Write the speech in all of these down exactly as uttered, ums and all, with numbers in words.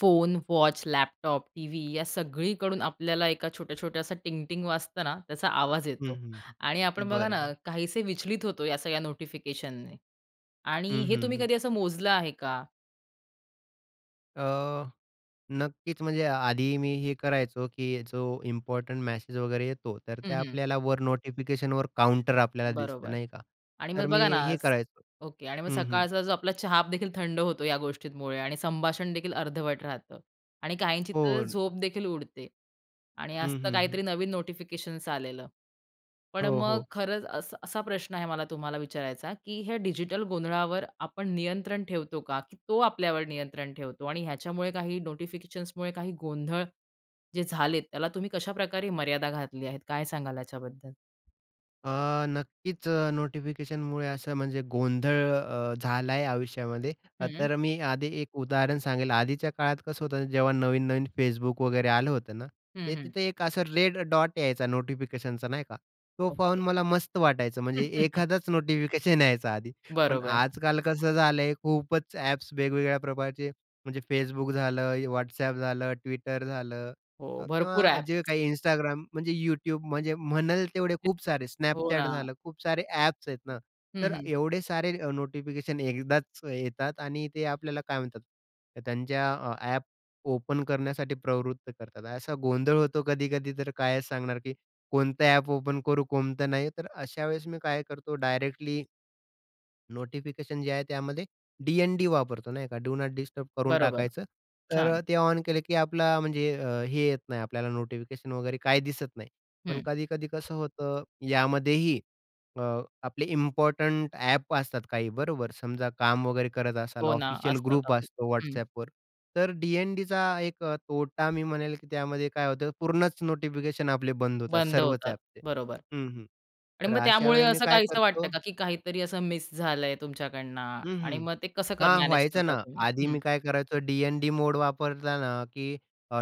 Phone, watch, laptop, TV या सगळीकडून आपल्याला एका छोट्या-छोट्या असा टिंग-टिंग वाजतं ना, त्याचा आवाज हं, येतो. हं. आणि आपण बघा ना, बरोबर. काहीसे विचलित होतो या सगळ्या नोटिफिकेशनने. आणि हं, हे हं, तुम्ही हं. कधी असं मोजलं आहे का? अ, नक्कीच म्हणजे आधी मी हे करायचो, की जो इम्पोर्टंट मेसेज वगैरे येतो, तर ते हं, हं. आपल्याला वर नोटिफिकेशनवर काउंटर आपल्याला दिसतं बरोबर. नाही का? आणि तर मग मी बघा ना हे स- करायचो. ओके, आणि मग हं, हं. सकाळचा जो आपला चहा देखील थंड होतो या गोष्टींमुळे आणि संभाषण देखील अर्धवट राहतं. आणि काहींची हो. तर झोप देखील उडते. आणि हं, असतं हं, हं. काहीतरी नवीन नोटिफिकेशन्स आलेलं. पण हो, मग हो. खरंच असा असा प्रश्न आहे मला तुम्हाला विचारायचा, की हे डिजिटल गोंधळावर आपण नियंत्रण ठेवतो का? की तो आपल्यावर नियंत्रण ठेवतो? आणि ह्याच्यामुळे काही नोटिफिकेशन्समुळे काही गोंधळ जे झालेत, त्याला तुम्ही कशाप्रकारे मर्यादा घातली आहेत? काय सांगाल याच्याबद्दल? अ, नक्कीच अ, नोटिफिकेशनमुळे असं म्हणजे गोंधळ अ, झाला आहे आयुष्यामध्ये. अ, हं, तर मी आधी एक उदाहरण सांगेल. आधीच्या काळात कसं होतं जेव्हा नवीन-नवीन Facebook वगैरे आलं होतं ना, हं, ते हं. तिथे एक असं रेड डॉट यायचा नोटिफिकेशनचा नाही का? तो ओके. पाहून मला मस्त वाटायचं म्हणजे एखादाच नोटिफिकेशन यायचा आधी. पण बरोबर. आजकाल कसं झालंय खूपच ॲप्स वेगवेगळ्या प्रकारचे म्हणजे Facebook झालं, WhatsApp झालं, Twitter झालं हो, अ, भरपूर किंवा जे ॲप्स. काही Instagram म्हणजे YouTube म्हणजे म्हणाल तेवढे खूप सारे हो Snapchat ना. झालं, खूप सारे ॲप्स आहेत ना, हं, तर हं. एवढे सारे नोटिफिकेशन एकदाच येतात आणि ते आपल्याला काय म्हणतात, तर त्यांच्या अ, ॲप ओपन करण्यासाठी प्रवृत्त करतात. असा गोंधळ होतो कधी-कधी तर कायच सांगणार, की कोणतं ॲप ओपन करू, कोणतं नाही. तर अशा वेळेस मी काय करतो डायरेक्टली नोटिफिकेशन जे आहे त्यामध्ये डी-एन-डी वापरतो नाही का, डू नॉट डिस्टर्ब करून बरोबर. टाकायचं. तर छान. अ, ते ऑन केलं की आपला म्हणजे अ, हे येत नाही आपल्याला नोटिफिकेशन वगैरे काही दिसत नाही. पण हं. कधी-कधी कसं होतं यामध्येही अ, आपले इम्पोर्टंट ॲप असतात काही बरोबर. समजा काम वगैरे करत असाल, हो ना, ऑफिशियल असतात ग्रुप आपले. असतो हं. WhatsAppवर. तर डी-एन-डीचा एक अ, तोटा मी म्हणेल की त्यामध्ये काय होतं पूर्णच नोटिफिकेशन आपले बंद होतात बंद सर्वच होतात. ॲपचे. बरोबर. हं, हं. आणि तर मग अशा त्यामुळे वेळी मी असं काय काहीसं करतो वाटतं का, की काहीतरी असं मिस झालंय तुमच्याकडनं आणि मग ते कसं कर हां, मॅनेज व्हायचं करता ना. तुम्ही? आधी हं. मी काय करायचो डी एन मोड वापरला ना, की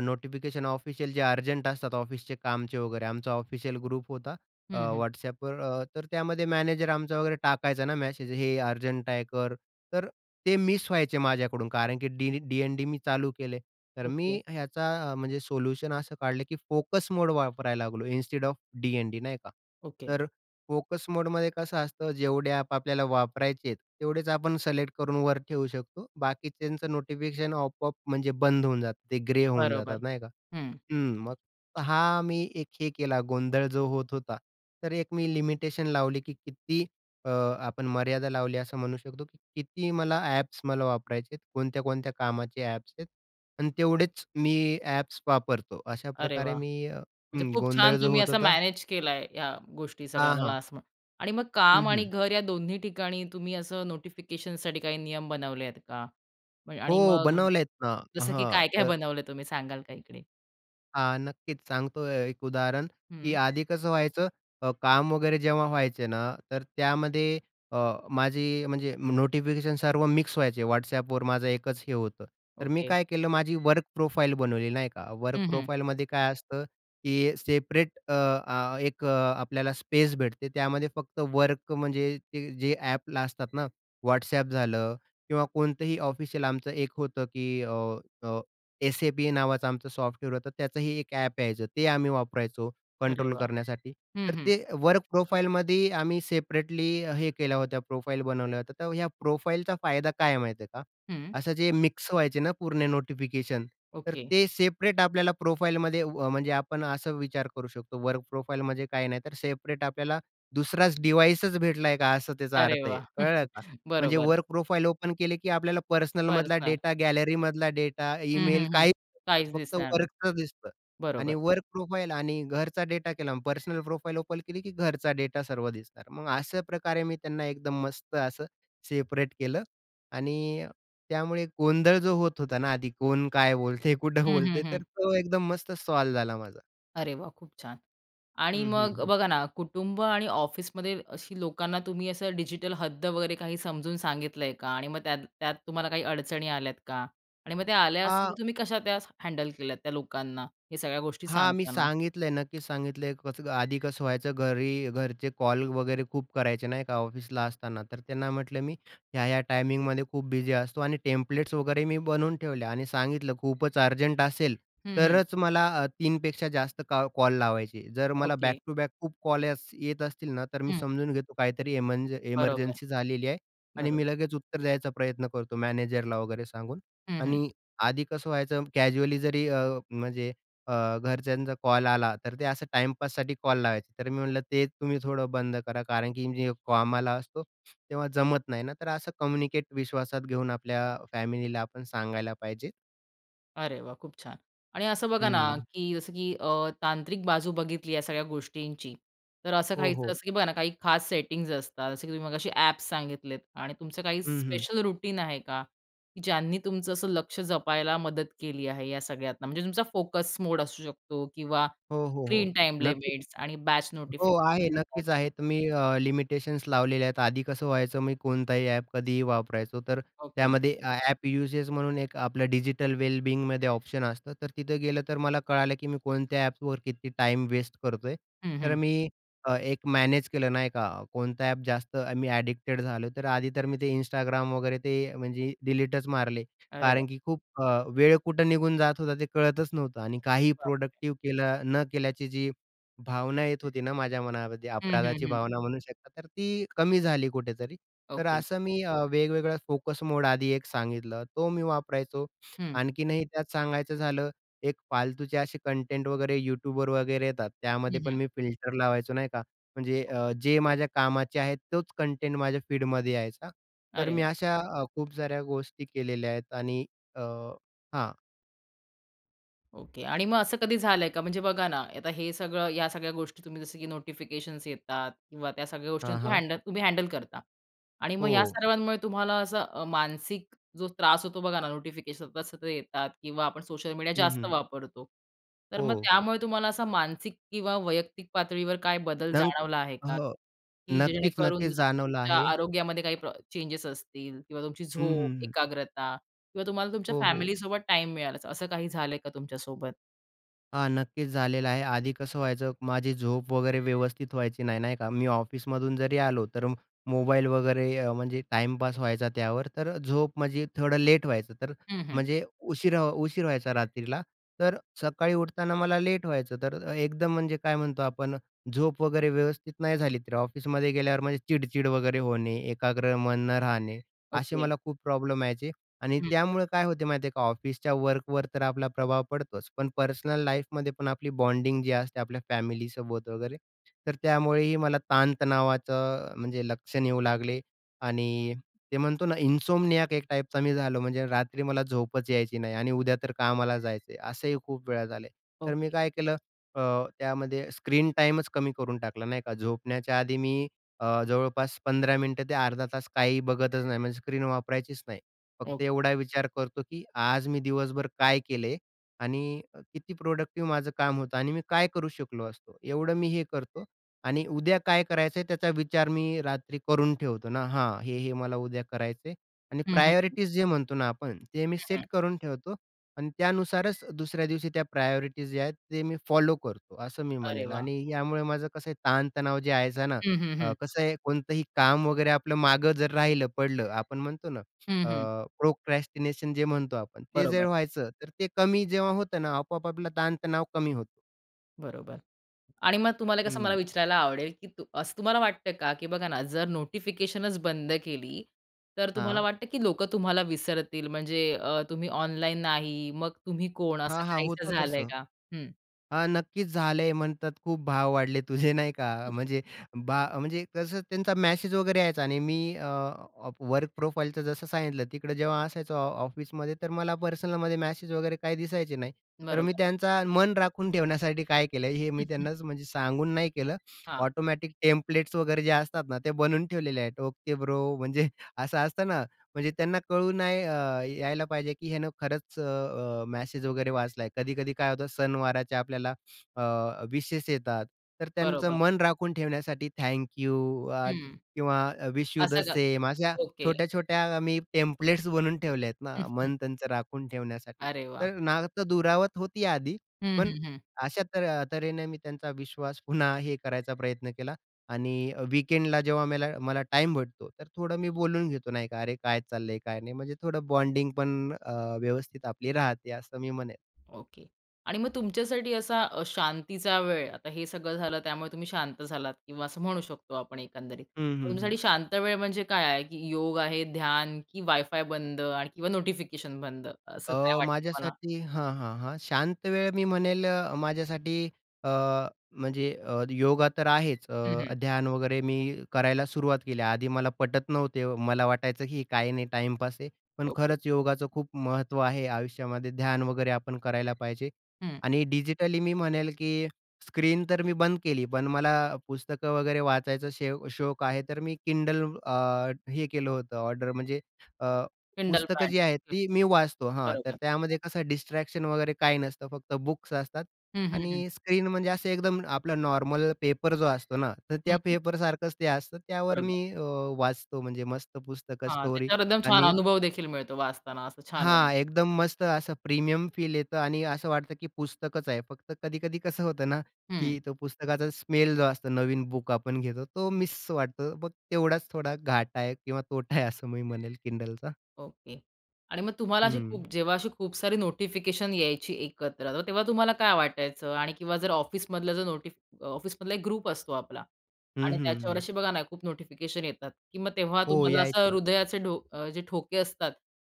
नोटिफिकेशन ऑफिशियल जे अर्जंट असतात ऑफिसचे कामचे वगैरे. आमचा ऑफिशियल ग्रुप होता अ, हं, हं. WhatsAppवर अ, तर त्यामध्ये मॅनेजर आमचा वगैरे टाकायचा ना मेसेज, "हे अर्जंट आहे, कर." तर ते मिस व्हायचे माझ्याकडून कारण की डी डी-एन-डी मी चालू केले. तर मी ओके, ह्याचा अ, म्हणजे सोल्युशन असं काढलं, की फोकस मोड वापरायला लागलो इन्स्टेड ऑफ डी-एन-डी नाही का. ओके. तर फोकस मोडमध्ये कसं असतं, जेवढे ॲप आपल्याला वापरायचे आहेत, तेवढेच आपण सिलेक्ट करून वर ठेवू शकतो. बाकीच्यांचं नोटिफिकेशन आपोआप म्हणजे बंद होऊन जातं. ते ग्रे होऊन जातात बरोबर. नाही का? हं. हं. मग हा मी एक हे केला गोंधळ जो होत होता. तर एक मी लिमिटेशन लावली, की किती अ, आपण मर्यादा लावली असं म्हणू शकतो, की किती मला ॲप्स मला वापरायचे कोणत्या-कोणत्या कामाचे ॲप्स आहेत आणि तेवढेच मी ॲप्स वापरतो. अशा अरे प्रकारे वाह! मी अ, म्हणजे हं, खूप छान गोंधळ जो तुम्ही होत असं होता मॅनेज केलाय ह्या गोष्टी हां, सगळ्या मला हां. असं म्ह आणि मग हं, काम आणि हं. घर या दोन्ही ठिकाणी तुम्ही असं नोटिफिकेशनसाठी काही नियम बनवले आहेत का? म्हण आणि हो, मग बनवलेत ना. जसं की हां, काय-काय तर बनवलं तुम्ही सांगाल का इकडे? हां, नक्कीच सांगतो एक उदाहरण, की हं, आधी कसं व्हायचं अ, काम वगैरे जेव्हा व्हायचे ना, तर त्यामध्ये अ, माझी म्हणजे नोटिफिकेशन सर्व मिक्स व्हायचे. WhatsAppवर माझं एकच हे होतं. तर मी ओके. काय केलं, माझी वर्क प्रोफाइल बनवली नाही का. वर्क हं, हं. प्रोफाइलमध्ये काय असतं, की सेपरेट अ, एक अ, आपल्याला स्पेस भेटते. त्यामध्ये फक्त वर्क म्हणजे ते जे ॲपला असतात ना, WhatsApp झालं किंवा कोणतंही ऑफिशियल आमचं एक होतं, की एस-ए-बी नावाचं आमचं सॉफ्टवेअर होतं. त्याचंही एक ॲप यायचं. ते आम्ही वापरायचो अरे कंट्रोल वाह! करण्यासाठी. हं, तर हं. ते वर्क प्रोफाईलमध्ये आम्ही सेपरेटली हे केल्या होत्या, प्रोफाईल बनवल्या होत्या. तर ह्या प्रोफाईलचा फायदा काय आहे माहिती आहे का? हं. असं जे मिक्स व्हायचे ना पूर्ण नोटिफिकेशन, तर ओके. ते सेपरेट आपल्याला प्रोफाईलमध्ये अ, म्हणजे आपण असा विचार करू शकतो, वर्क प्रोफाईल म्हणजे काही नाही, तर सेपरेट आपल्याला दुसराच डिव्हाइसच भेटला का, असं त्याचा अरे अर्थ आहे. वाह! कळलं म्हणजे बरोबर. वर्क प्रोफाइल ओपन केले, की आपल्याला पर्सनलमधला पर्सनल. डेटा, गॅलरीमधला डेटा, हं, ईमेल हं, हं. काही काहीच दिसतात. फक्त दिसणार नाही. वर्कच दिसतं बरोबर. आणि वर्क प्रोफाइल आणि घरचा डेटा केला. पर्सनल प्रोफाइल ओपन केली, की घरचा डेटा सर्व दिसणार. मग अशा प्रकारे मी त्यांना एकदम मस्त असं सेपरेट केलं आणि त्यामुळे गोंधळ जो होत होता ना आधी कोण काय बोलते, कुठं हं, हं, बोलते, हं. तर तो एकदम मस्त सॉल्व्ह झाला माझा. अरे वाह! खूप छान. आणि हं, हं, मग हं. बघा ना, कुटुंब आणि ऑफिसमध्ये अशी लोकांना तुम्ही असं डिजिटल हद्द वगैरे काही समजून सांगितलंय का? आणि मग त्यात त्यात तुम्हाला काही अडचणी आल्यात का? आणि मग त्या आल्या असतील हा तर तुम्ही कशा त्या हँडल केल्यात त्या लोकांना, हे सगळ्या गोष्टी हां, मी सांगताना? सांगितलंय, नक्कीच सांगितलंय. कसं आधी कसं व्हायचं घरी घरचे कॉल वगैरे खूप करायचे नाही का ऑफिसला असताना. तर त्यांना म्हटलं मी ह्या-ह्या टायमिंगमध्ये खूप बिझी असतो आणि टेम्पलेट्स वगैरे मी बनवून ठेवले आणि सांगितलं खूपच अर्जंट असेल हं, हं. तरच मला अ, तीन पेक्षा जास्त का कॉल लावायचे. जर मला ओके. बॅक टू बॅक खूप कॉल येस येत असतील ना, तर मी हं. समजून घेतो काहीतरी एमर्ज बरोबर. एमर्जन्सी झालेली आहे आणि मी बरोबर. लगेच उत्तर द्यायचा प्रयत्न करतो मॅनेजरला वगैरे सांगून. हं, हं. आणि आधी कसं व्हायचं कॅज्युअली जरी अ, म्हणजे अ, घरच्यांचा कॉल आला, तर ते असं टाईमपाससाठी कॉल लावायचे. तर मी म्हटलं ते तुम्ही थोडं बंद करा, कारण की मी कामाला असतो तेव्हा जमत नाही ना. तर असं कम्युनिकेट विश्वासात घेऊन आपल्या फॅमिलीला आपण सांगायला पाहिजे. अरे वा, खूप छान. आणि असं बघा ना, हं. की जसं की अ, तांत्रिक बाजू बघितली या सगळ्या गोष्टींची, तर असं हो, काहीचं हो. असं की बघा ना, काही खास सेटिंग्ज असतात. जसं की तुम्ही मगाशी ॲप्स सांगितलेत आणि तुमचं काही हं, हं. स्पेशल रुटीन आहे का, की ज्यांनी तुमचं असं लक्ष जपायला मदत केली आहे या सगळ्यातनं? म्हणजे तुमचा फोकस मोड असू शकतो किंवा हो, हो, हो. स्क्रीन टाईम नक्की. लिमिट्स आणि बॅच हो, नोटिफिकेशन. आहे. नक्कीच आहे. तुम्ही अ, लिमिटेशन्स लावलेले आहेत. आधी कसं व्हायचं, मी कोणताही ॲप कधीही वापरायचो, तर ओके. त्यामध्ये अ, ॲप युजेस म्हणून एक आपलं डिजिटल वेलबिंगमध्ये ऑप्शन असतं. तर तिथे गेलं तर मला कळालं, की मी कोणत्या ॲप्सवर किती टाईम वेस्ट करतोय. हं, तर हं. मी अ, एक मॅनेज केलं नाही का, कोणता ॲप जास्त अ, मी ॲडिक्टेड झालो. तर आधी तर मी ते Instagram वगैरे ते म्हणजे डिलीटच मारले. अरे कारण वाह! की खूप अ, वेळ कुठं निघून जात होता ते कळतच नव्हतं आणि काही प्रोडक्टिव्ह केलं न केल्याची जी भावना येत होती ना माझ्या मनामध्ये, हं, हं, अपराधाची हं. भावना म्हणू शकता, तर ती कमी झाली कुठेतरी. तर ओके. असं मी अ, वेगवेगळा फोकस मोड आधी एक सांगितलं, तो मी वापरायचो. हं. आणखीनही त्यात सांगायचं झालं, एक फालतूचे असे कंटेंट वगैरे YouTubeवर वगैरे येतात, त्यामध्ये हं, पण हं. मी फिल्टर लावायचो नाही का. म्हणजे ओके. अ, जे माझ्या कामाचे आहेत, तोच कंटेंट माझ्या फीडमध्ये यायचा. तर अरे मी वाह! अशा अ, खूप साऱ्या गोष्टी केलेल्या आहेत आणि अ, हां. ओके. आणि मग असं कधी झालंय का? म्हणजे बघा ना, आता हे सगळं या सगळ्या गोष्टी तुम्ही जसं की नोटिफिकेशन्स येतात किंवा त्या सगळ्या हां, गोष्टींना तुम्ही हां. हँडल तुम्ही हँडल करता. आणि मग हो. या सर्वांमुळे तुम्हाला असं अ, मानसिक जो त्रास होतो बघा ना, नोटिफिकेशन सतत सतत येतात किंवा आपण सोशल मीडिया हं, जास्त हं. वापरतो. तर हो. मग त्यामुळे तुम्हाला असा मानसिक किंवा वैयक्तिक पातळीवर काय बदल नंक जाणवला आहे का? हो. की नक्कीच, जेणेकरून नक्कीच जसं की जाणवलं तुमच्या आहे. आरोग्यामध्ये काही चेंजेस असतील किंवा तुमची हं, झोप, हं, हं. एकाग्रता किंवा तुम्हाला तुमच्या हो, हो. फॅमिलीसोबत टाईम मिळाला, असं काही झालंय का तुमच्यासोबत? हां, नक्कीच झालेलं आहे. आधी कसं व्हायचं, माझी झोप वगैरे व्यवस्थित व्हायची नाही, नाही का. मी ऑफिसमधून जरी आलो, तर मोबाईल वगैरे अ, म्हणजे टाईमपास व्हायचा त्यावर. तर झोप म्हणजे थोडं लेट व्हायचं. तर हं, हं. म्हणजे उशिरा उशीर व्हायचा रात्रीला. तर सकाळी उठताना मला लेट व्हायचं. तर एकदम म्हणजे काय म्हणतो आपण, झोप वगैरे व्यवस्थित नाही झाली, तर ऑफिसमध्ये गेल्यावर म्हणजे चिड वगैरे होणे, एकाग्र मन न राहणे, असे ओके. मला खूप प्रॉब्लेम यायचे. आणि हं. त्यामुळे काय होते माहिती आहे का, ऑफिसच्या वर्कवर तर आपला प्रभाव पडतोच, पण पर्सनल लाईफमध्ये पण आपली बॉन्डिंग जी असते आपल्या फॅमिलीसोबत वगैरे, तर त्यामुळेही मला ताणतणावाचं म्हणजे लक्षण येऊ लागले आणि ते म्हणतो ना इन्सोम्नियाक एक टाईपचा मी झालो. म्हणजे रात्री मला झोपच यायची नाही आणि उद्या तर कामाला जायचं असंही खूप वेळा झालंय. तर मी ओके. काय केलं अ, त्यामध्ये स्क्रीन टाईमच कमी करून टाकला नाही का. झोपण्याच्या आधी मी अ, जवळपास पंधरा मिनिटं ते अर्धा तास काही बघतच नाही, म्हणजे स्क्रीन वापरायचीच नाही. फक्त ओके. एवढा विचार करतो, की आज मी दिवसभर काय केलंय आणि अ, किती प्रोडक्टिव्ह माझं काम होतं आणि मी काय करू शकलो असतो. एवढं मी हे करतो आणि उद्या काय करायचंय त्याचा विचार मी रात्री करून ठेवतो ना, हां, हे, हे मला उद्या करायचंय आणि हं, हं, प्रायोरिटीज जे म्हणतो ना आपण, ते मी हं, हं. सेट करून ठेवतो आणि त्यानुसारच दुसऱ्या दिवशी त्या प्रायोरिटीज जे आहेत, ते मी फॉलो करतो, असं मी अरे म्हणेल वाह! आणि यामुळे माझं कसं आहे ताणतणाव जे यायचा ना, हं, हं, हं. अ, कसं आहे कोणतंही काम वगैरे आपलं मागं जर राहिलं, पडलं, आपण म्हणतो ना, हं, हं. अ, प्रोक्रॅस्टिनेशन जे म्हणतो आपण, ते जर बरोबर, व्हायचं, तर ते कमी जेव्हा होतं ना, आपोआप आपला ताणतणाव कमी होतो. बरोबर. आणि मग तुम्हाला कसं मला हं. विचारायला आवडेल, की तू असं तुम्हाला वाटतं का, की बघा ना, जर नोटिफिकेशनच बंद केली, तर तुम्हाला हां. वाटतं की लोकं तुम्हाला विसरतील? म्हणजे अ, तुम्ही ऑनलाईन नाही, मग तुम्ही कोण? हां, असं हां. काहीसं होतं झालंय तसं. का? हं. हां, नक्कीच झालंय म्हणतात, "खूप भाव वाढले तुझे." नाही का? म्हणजे बा म्हणजे कसं त्यांचा मेसेज वगैरे यायचा आणि मी अ, ऑफ वर्क प्रोफाईलचं जसं सांगितलं, तिकडे जेव्हा असायचो ऑ ऑफिसमध्ये, तर मला पर्सनलमध्ये मेसेज वगैरे काही दिसायचे नाही. तर मी बरोबर. त्यांचा मन राखून ठेवण्यासाठी काय केलं, हे मी हं, त्यांनाच म्हणजे सांगून नाही केलं. ऑटोमॅटिक टेम्पलेट्स वगैरे जे असतात ना, ते बनवून ठेवलेले आहेत. "ओके ब्रो" म्हणजे असं असतं ना, म्हणजे त्यांना कळून नाही अ, यायला पाहिजे, की ह्यानं खरंच अ, अ, मेसेज वगैरे वाचलाय. कधी-कधी काय होतं सणवाराचे आपल्याला विशेष येतात. तर त्यांचं बरोबर. मन राखून ठेवण्यासाठी थँक यू हं. किंवा विश यू द असं का? सेम अशा ओके. छोट्या-छोट्या मी टेम्पलेट्स बनवून ठेवले आहेत ना, मन त्यांचं राखून ठेवण्यासाठी. अरे वाह! तर नातं दुरावत होती आधी, हं, पण हं, हं. अशा तर तऱ्हेने मी त्यांचा विश्वास पुन्हा हे करायचा प्रयत्न केला. आणि अ, वीकेंडला जेव्हा मला मला टाईम भेटतो, तर थोडं मी बोलून घेतो नाही का, "अरे काय चाललंय, काय नाही?" म्हणजे थोडं बॉन्डिंग पण अ, व्यवस्थित आपली राहते असं मी म्हणेन. ओके. आणि मग तुमच्यासाठी असा अ, शांतीचा वेळ आता हे सगळं झालं त्यामुळे तुम्ही शांत झालात किंवा असं म्हणू शकतो आपण एकंदरीत. हं, मग हं, हं. तुमच्यासाठी शांत वेळ म्हणजे काय आहे? की योग आहे, ध्यान की वायफाय बंद आणि किंवा नोटिफिकेशन बंद असं काय अ, वाटतं तुम्हाला? माझ्यासाठी हां, हां, हां. शांत वेळ मी म्हणेल अ, माझ्यासाठी अ, म्हणजे अ, योगा तर आहेच. हं, हं. अ, ध्यान वगैरे मी करायला सुरुवात केली. आधी मला पटत नव्हते. मला वाटायचं की काही नाही टाईमपास आहे. पण ओके. खरंच योगाचं खूप महत्त्व आहे आयुष्यामध्ये. ध्यान वगैरे आपण करायला पाहिजे. हं. आणि डिजिटली मी म्हणेल की स्क्रीन तर मी बंद केली. पण मला पुस्तकं वगैरे वाचायचा शे शौक आहे. तर मी Kindle अ, हे केलं होतं ऑर्डर म्हणजे किंडल पुस्तकं पॅड. जी आहेत ओके. ती मी वाचतो. हां, तर बरोबर. त्यामध्ये कसं डिस्ट्रॅक्शन वगैरे काही नसतं. फक्त बुक्स असतात हं, हं, आणि हं. स्क्रीन म्हणजे असं एकदम आपला नॉर्मल पेपर जो असतो ना, तर हं, त्या हं. पेपरसारखंच ते असतं. त्यावर बरोबर. मी अ, वाचतो म्हणजे मस्त पुस्तकं, हां, स्टोरी त्याच्यावर एकदम छान आणि अनुभव देखील मिळतो वाचताना असं छान वाटतं. हां, एकदम मस्त असं प्रीमियम फील येतं आणि असं वाटतं की पुस्तकच आहे. फक्त कधी-कधी कसं होतं ना, हं. की तो पुस्तकाचा स्मेल जो असतो, नवीन बुक आपण घेतो, तो मिस वाटतो. मग तेवढाच थोडा घाटा आहे किंवा तोटा आहे असं मी म्हणेल Kindleचा. ओके. आणि मग तुम्हाला अशी हं. हं. खूप जेव्हा अशी खूप सारी नोटिफिकेशन यायची एकत्र, तर तेव्हा तुम्हाला काय वाटायचं? आणि किंवा जर ऑफिसमधलं जर नोटिफ ऑफिसमधला एक ग्रुप असतो आपला. हं, आणि हं, त्याच्यावर हं. असे बघा ना, खूप नोटिफिकेशन येतात, की मग तेव्हा हो, तुम्हाला असं यायचे. हृदयाचे ढो अ, जे ठोके असतात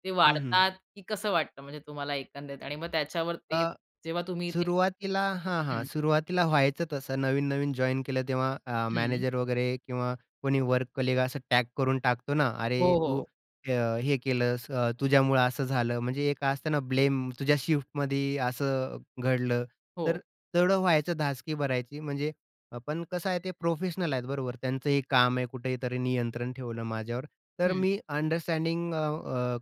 ते हं, हं. वाढतात, की कसं वाटतं म्हणजे तुम्हाला एकंदरीत? आणि मग त्याच्यावर ते अ, जेव्हा तुम्ही ते सुरुवातीला हां, हां. हं, सुरुवातीला व्हायचं तसं नवीन-नवीन जॉइन केलं तेव्हा अ, हं. मॅनेजर वगैरे किंवा कोणी वर्क कलीग असं टॅग करून टाकतो ना, "अरे हो, तू हो. अ, हे केलंस, अ, तुझ्यामुळं असं झालं." म्हणजे एक असतं ना ब्लेम, "तुझ्या शिफ्टमध्ये असं घडलं." तर हो. तेवढं व्हायचं, धासकी भरायची. म्हणजे अ, पण कसं आहे ते प्रोफेशनल आहेत बरोबर. त्यांचं हे काम आहे कुठेतरी नियंत्रण ठेवलं माझ्यावर. तर हं. मी अंडरस्टँडिंग अ, अ,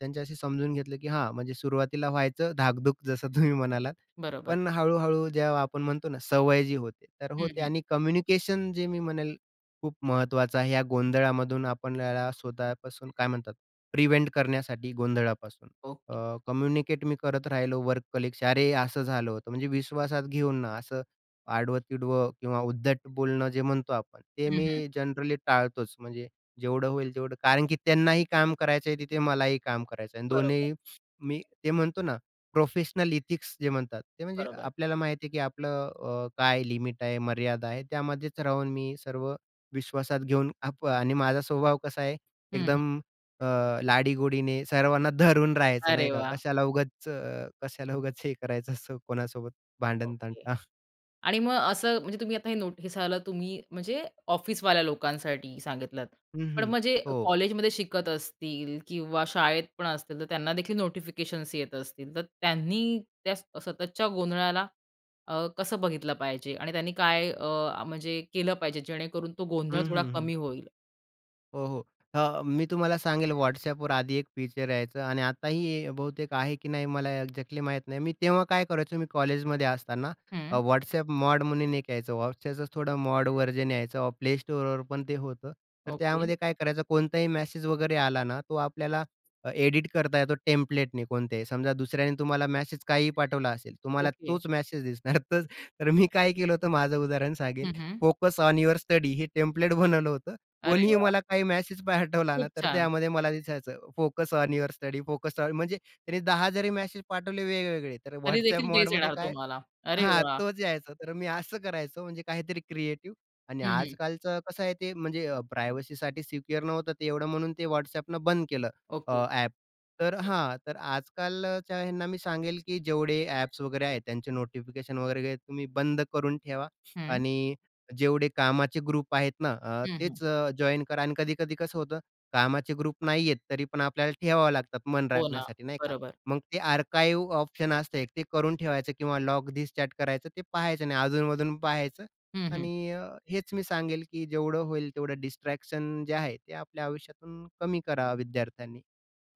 त्यांच्याशी समजून घेतलं, की हां, म्हणजे सुरुवातीला व्हायचं धाकधूक जसं तुम्ही म्हणालात. बरोबर. पण हळू-हळू जेव्हा आपण म्हणतो ना, सवय जी होते, तर हं, होते हं. आणि कम्युनिकेशन जे मी म्हणेल खूप महत्त्वाचं आहे. या गोंधळामधून आपल्याला स्वतःपासून काय म्हणतात, प्रिव्हेंट करण्यासाठी गोंधळापासून. ओके. कम्युनिकेट मी करत राहिलो वर्क कलीगशी, "अरे, असं झालं होतं." म्हणजे विश्वासात घेऊन ना, असं आडवं-तिडवं किंवा उद्धट बोलणं जे म्हणतो आपण, ते हं, मी हं. जनरली टाळतोच. म्हणजे जेवढं होईल तेवढं कारण की त्यांनाही काम करायचं तिथे मलाही काम करायचं आणि बरोबर, दोन्ही मी ते म्हणतो ना प्रोफेशनल इथिक्स जे म्हणतात, ते म्हणजे बरोबर. आपल्याला माहिती आहे, की आपलं अ, काय लिमिट आहे, मर्यादा आहे, त्यामध्येच राहून मी सर्व विश्वासात घेऊन आप आणि माझा स्वभाव कसा आहे, हं, हं. एकदम अ, लाडीगोडीने सर्वांना धरून राहायचं अरे नाही का. वाह! कशाला उगाच अ, कशाला उगाच हे करायचं असं कोणासोबत ओके. भांडण-तंटा. आणि मग असं म्हणजे तुम्ही आता हे नोटिसाला तुम्ही म्हणजे ऑफिसवाल्या लोकांसाठी सांगितलंत. हं, पण हं. हं. हो. कॉलेजमध्ये शिकत असतील किंवा शाळेत पण असतील, तर त्यांना देखील नोटिफिकेशन्स येत असतील. तर त्यांनी त्या स- सततच्या गोंधळाला अ, कसं बघितलं पाहिजे आणि त्यांनी काय अ, म्हणजे केलं पाहिजे जेणेकरून तो गोंधळ हं, थोडा हं, हं. कमी होईल? हो, हो. अ, मी तुम्हाला सांगेल WhatsAppवर आधी एक फीचर यायचं आणि आताही बहुतेक आहे की नाही मला एक्झॅक्टली माहीत नाही. मी तेव्हा काय करायचो मी कॉलेजमध्ये असताना अ, हं. WhatsApp मॉड म्हणून एक यायचं. WhatsAppचंच थोडं मॉड व्हर्जन यायचं. Play Storeवर पण ते होतं. तर ओके, त्यामध्ये काय करायचं कोणताही मेसेज वगैरे आला ना, तो आपल्याला अ, एडिट करता येतो टेम्प्लेटने कोणत्याही. समजा दुसऱ्याने तुम्हाला मेसेज काहीही पाठवला असेल, तुम्हाला ओके. तोच मेसेज दिसणार. तोच तर मी काय केलं होतं माझं उदाहरण सांगेल. हं, हं. फोकस ऑन युअर स्टडी हे टेम्प्लेट बनवलं होतं अरे कोणीही वाह! मला काही मेसेज पाठवला ना, खूप तर छान. त्यामध्ये मला दिसायचं focus on your study, focus on म्हणजे त्यांनी दहा जरी मेसेज पाठवले वेगवेगळे, तर तरी WhatsApp देखील तेच मोडमध्ये येणार काय तुम्हाला. अरे हां, वाह! तोच यायचा. तर मी असं करायचो म्हणजे काहीतरी क्रिएटिव्ह आणि हं, हं. आजकालचं कसं आहे ते म्हणजे अ, प्रायव्हसीसाठी सिक्युअर नव्हतं ते एवढं म्हणून ते WhatsAppनं बंद केलं अ, ओके, ॲप. तर ओके. हां, तर आजकालच्या ह्यांना मी सांगेल, की जेवढे ॲप्स वगैरे आहेत त्यांचे नोटिफिकेशन वगैरे तुम्ही बंद करून ठेवा हं, आणि जेवढे कामाचे ग्रुप आहेत ना अ, हं, हं. तेच अ, जॉइन करा आणि कधी-कधी कसं होतं कामाचे ग्रुप नाहीयेत तरी पण आपल्याला ठेवावं लागतात मन हो ना. राखण्यासाठी नाही का? बरोबर. मग ते आर्काइव्ह ऑप्शन असतं एक, ते करून ठेवायचं किंवा लॉग धिस चॅट करायचं ते पाहायचं नाही अधून-मधून पाहायचं हं, हं. आणि अ, हेच मी सांगेल, की जेवढं होईल तेवढं डिस्ट्रॅक्शन जे आहे ते आपल्या आयुष्यातून कमी करावं विद्यार्थ्यांनी.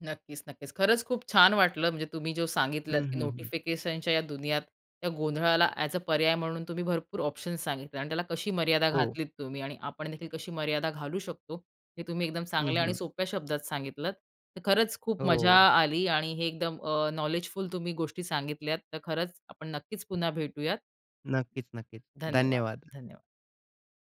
नक्कीच, नक्कीच. खरंच खूप छान वाटलं म्हणजे तुम्ही जो सांगितलत, हं, की हं, हं. नोटिफिकेशनच्या या दुनियात त्या गोंधळाला ॲज अ पर्याय म्हणून तुम्ही भरपूर ऑप्शन्स सांगितले आणि त्याला कशी मर्यादा हो. घातलीत तुम्ही आणि आपण देखील कशी मर्यादा घालू शकतो, हे तुम्ही एकदम हं, चांगल्या आणि हं. सोप्या शब्दात सांगितलत. तर खरंच खूप हो. मजा आली आणि हे एकदम नॉलेजफुल तुम्ही गोष्टी सांगितल्यात. तर खरंच आपण नक्कीच पुन्हा भेटूयात. नक्कीच, नक्कीच. धन्यवाद. धन्यवाद. धन्यवाद.